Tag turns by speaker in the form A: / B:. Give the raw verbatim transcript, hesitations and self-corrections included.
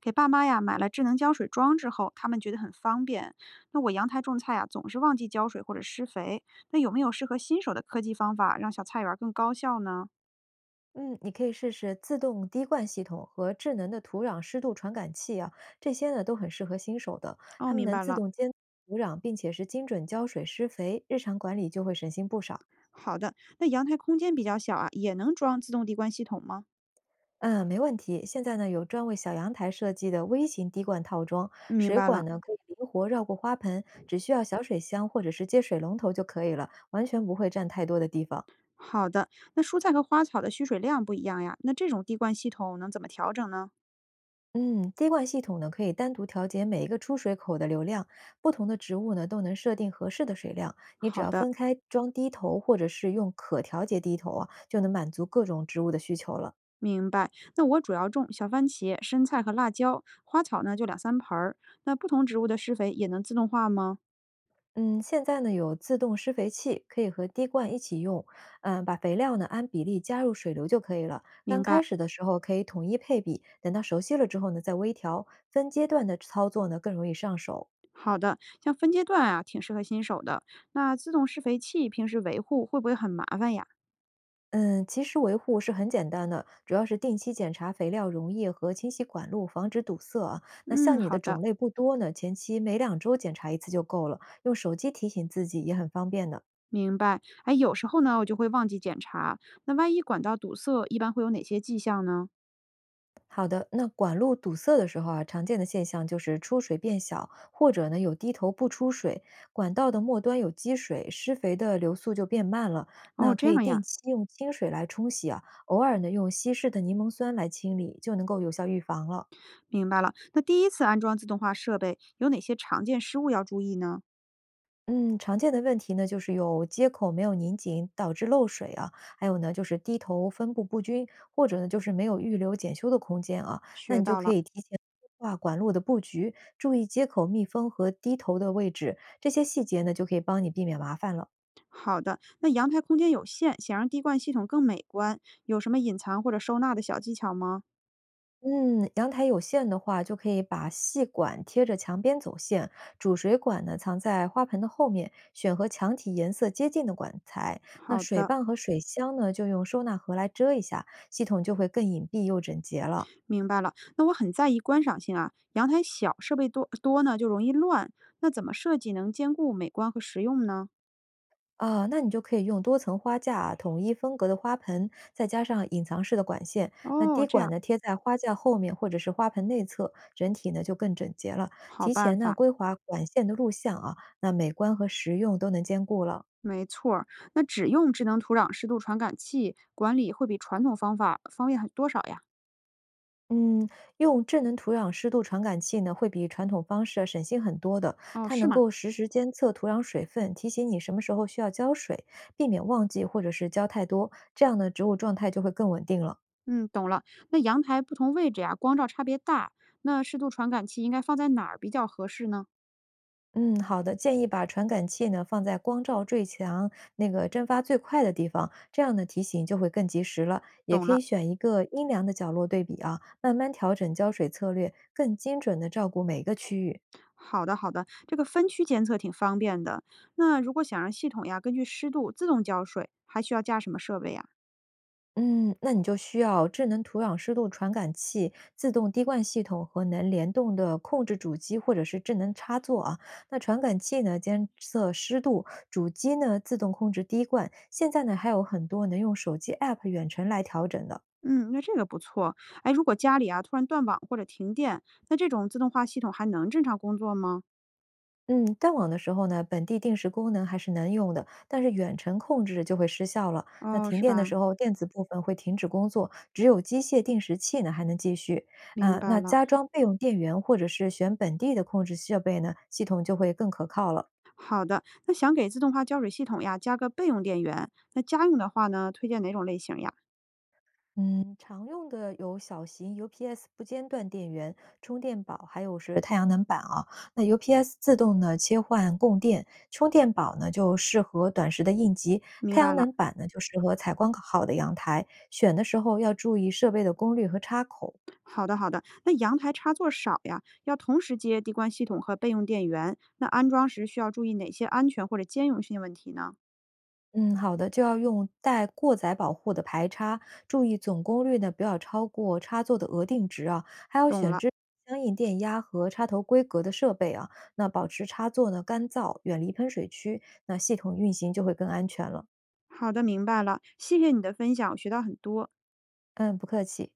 A: 给爸妈呀买了智能浇水装置后，他们觉得很方便。那我阳台种菜呀，总是忘记浇水或者施肥。那有没有适合新手的科技方法，让小菜园儿更高效呢？
B: 嗯，你可以试试自动滴灌系统和智能的土壤湿度传感器啊，这些呢都很适合新手的。
A: 哦，
B: 它们
A: 明
B: 能
A: 白
B: 自
A: 了。
B: 动监测土壤，并且是精准浇水、施肥，日常管理就会省心不少。
A: 好的，那阳台空间比较小啊，也能装自动滴灌系统吗？
B: 嗯，没问题。现在呢有专为小阳台设计的微型滴灌套装，
A: 明
B: 水
A: 白了。
B: 管呢可以灵活绕过花盆，只需要小水箱或者是接水龙头就可以了，完全不会占太多的地方。
A: 好的，那蔬菜和花草的需水量不一样呀，那这种滴灌系统能怎么调整呢？
B: 嗯，滴灌系统呢可以单独调节每一个出水口的流量，不同的植物呢都能设定合适的水量。你只
A: 好
B: 要
A: 的，
B: 分开装滴头，或者是用可调节滴头啊，就能满足各种植物的需求了。
A: 明白。那我主要种小番茄、生菜和辣椒，花草呢就两三盆儿。那不同植物的施肥也能自动化吗？
B: 嗯，现在呢有自动施肥器，可以和滴灌一起用。嗯，把肥料呢按比例加入水流就可以了。
A: 明
B: 刚开
A: 白。
B: 始的时候可以统一配比，等到熟悉了之后呢再微调。分阶段的操作呢更容易上手。
A: 好的，像分阶段啊，挺适合新手的。那自动施肥器平时维护会不会很麻烦呀？
B: 嗯，其实维护是很简单的，主要是定期检查肥料溶液和清洗管路，防止堵塞啊。那
A: 嗯，
B: 像你
A: 好
B: 的
A: 的，
B: 种类不多呢，前期每两周检查一次就够了，用手机提醒自己也很方便的。
A: 明白。哎，有时候呢，我就会忘记检查。那万一管道堵塞，一般会有哪些迹象呢？
B: 好的，那管路堵塞的时候啊，常见的现象就是出水变小，或者呢有低头不出水，管道的末端有积水，施肥的流速就变慢了。
A: 哦，
B: 那
A: 这
B: 可以
A: 样呀，
B: 定期用清水来冲洗啊，偶尔呢用稀释的柠檬酸来清理，就能够有效预防了。
A: 明白了。那第一次安装自动化设备，有哪些常见失误要注意呢？
B: 嗯，常见的问题呢，就是有接口没有拧紧导致漏水啊，还有呢就是滴头分布不均，或者呢就是没有预留检修的空间啊。那
A: 学
B: 你就
A: 到
B: 可
A: 了。
B: 以提前规划管路的布局，注意接口密封和滴头的位置，这些细节呢就可以帮你避免麻烦了。
A: 好的，那阳台空间有限，想让滴灌系统更美观，有什么隐藏或者收纳的小技巧吗？
B: 嗯，阳台有线的话，就可以把细管贴着墙边走线，主水管呢藏在花盆的后面，选和墙体颜色接近的管材。那
A: 好
B: 水
A: 的。
B: 泵和水箱呢，就用收纳盒来遮一下，系统就会更隐蔽又整洁了。
A: 明白了，那我很在意观赏性啊。阳台小，设备多多呢，就容易乱。那怎么设计能兼顾美观和实用呢？
B: 啊，那你就可以用多层花架、统一风格的花盆，再加上隐藏式的管线。那
A: 哦，
B: 滴
A: 这
B: 管
A: 样，
B: 呢贴在花架后面或者是花盆内侧，整体呢就更整洁了。
A: 好
B: 提
A: 办
B: 前呢
A: 法，
B: 规划管线的路线啊，那美观和实用都能兼顾了。
A: 没错儿。那只用智能土壤湿度传感器管理会比传统方法方便很多少呀？
B: 嗯，用智能土壤湿度传感器呢，会比传统方式啊省心很多的。
A: 哦，
B: 它
A: 是
B: 能
A: 吗？
B: 够实时监测土壤水分，提醒你什么时候需要浇水，避免忘记或者是浇太多，这样呢，植物状态就会更稳定了。
A: 嗯，懂了。那阳台不同位置呀，光照差别大，那湿度传感器应该放在哪儿比较合适呢？
B: 嗯，好的，建议把传感器呢放在光照最强、那个蒸发最快的地方，这样呢提醒就会更及时了。也
A: 懂
B: 可以
A: 了。
B: 选一个阴凉的角落对比啊，慢慢调整浇水策略，更精准的照顾每个区域。
A: 好的，好的，这个分区监测挺方便的。那如果想让系统呀根据湿度自动浇水，还需要加什么设备呀？
B: 嗯，那你就需要智能土壤湿度传感器、自动滴灌系统和能联动的控制主机或者是智能插座啊。那传感器呢，监测湿度；主机呢，自动控制滴灌。现在呢，还有很多能用手机 App 远程来调整的。
A: 嗯，那这个不错。哎，如果家里啊突然断网或者停电，那这种自动化系统还能正常工作吗？
B: 嗯，断网的时候呢，本地定时功能还是能用的，但是远程控制就会失效了。那
A: 哦，
B: 停
A: 是
B: 电的
A: 吧？
B: 时候，电子部分会停止工作，只有机械定时器呢还能继续。
A: 明
B: 啊、
A: 白
B: 那
A: 了。
B: 加装备用电源或者是选本地的控制设备呢，系统就会更可靠了。
A: 好的，那想给自动化浇水系统呀加个备用电源，那家用的话呢，推荐哪种类型呀？
B: 嗯，常用的有小型 U P S 不间断电源、充电宝，还。有。那 U P S 自动呢切换供电，充电宝呢就适合短时的应急，
A: 明
B: 太
A: 白
B: 阳
A: 了。
B: 能板呢就适合采光好的阳台。选的时候要注意设备的功率和插口。
A: 好的，好的。那阳台插座少呀，要同时接地光系统和备用电源。那安装时需要注意哪些安全或者兼容性问题呢？
B: 嗯，好的，就要用带过载保护的排插，注意总功率呢不要超过插座的额定值啊，还要
A: 懂
B: 选
A: 了，
B: 支相应电压和插头规格的设备啊，那保持插座呢干燥，远离喷水区，那系统运行就会更安全了。
A: 好的，明白了。谢谢你的分享，我学到很多。
B: 嗯，不客气。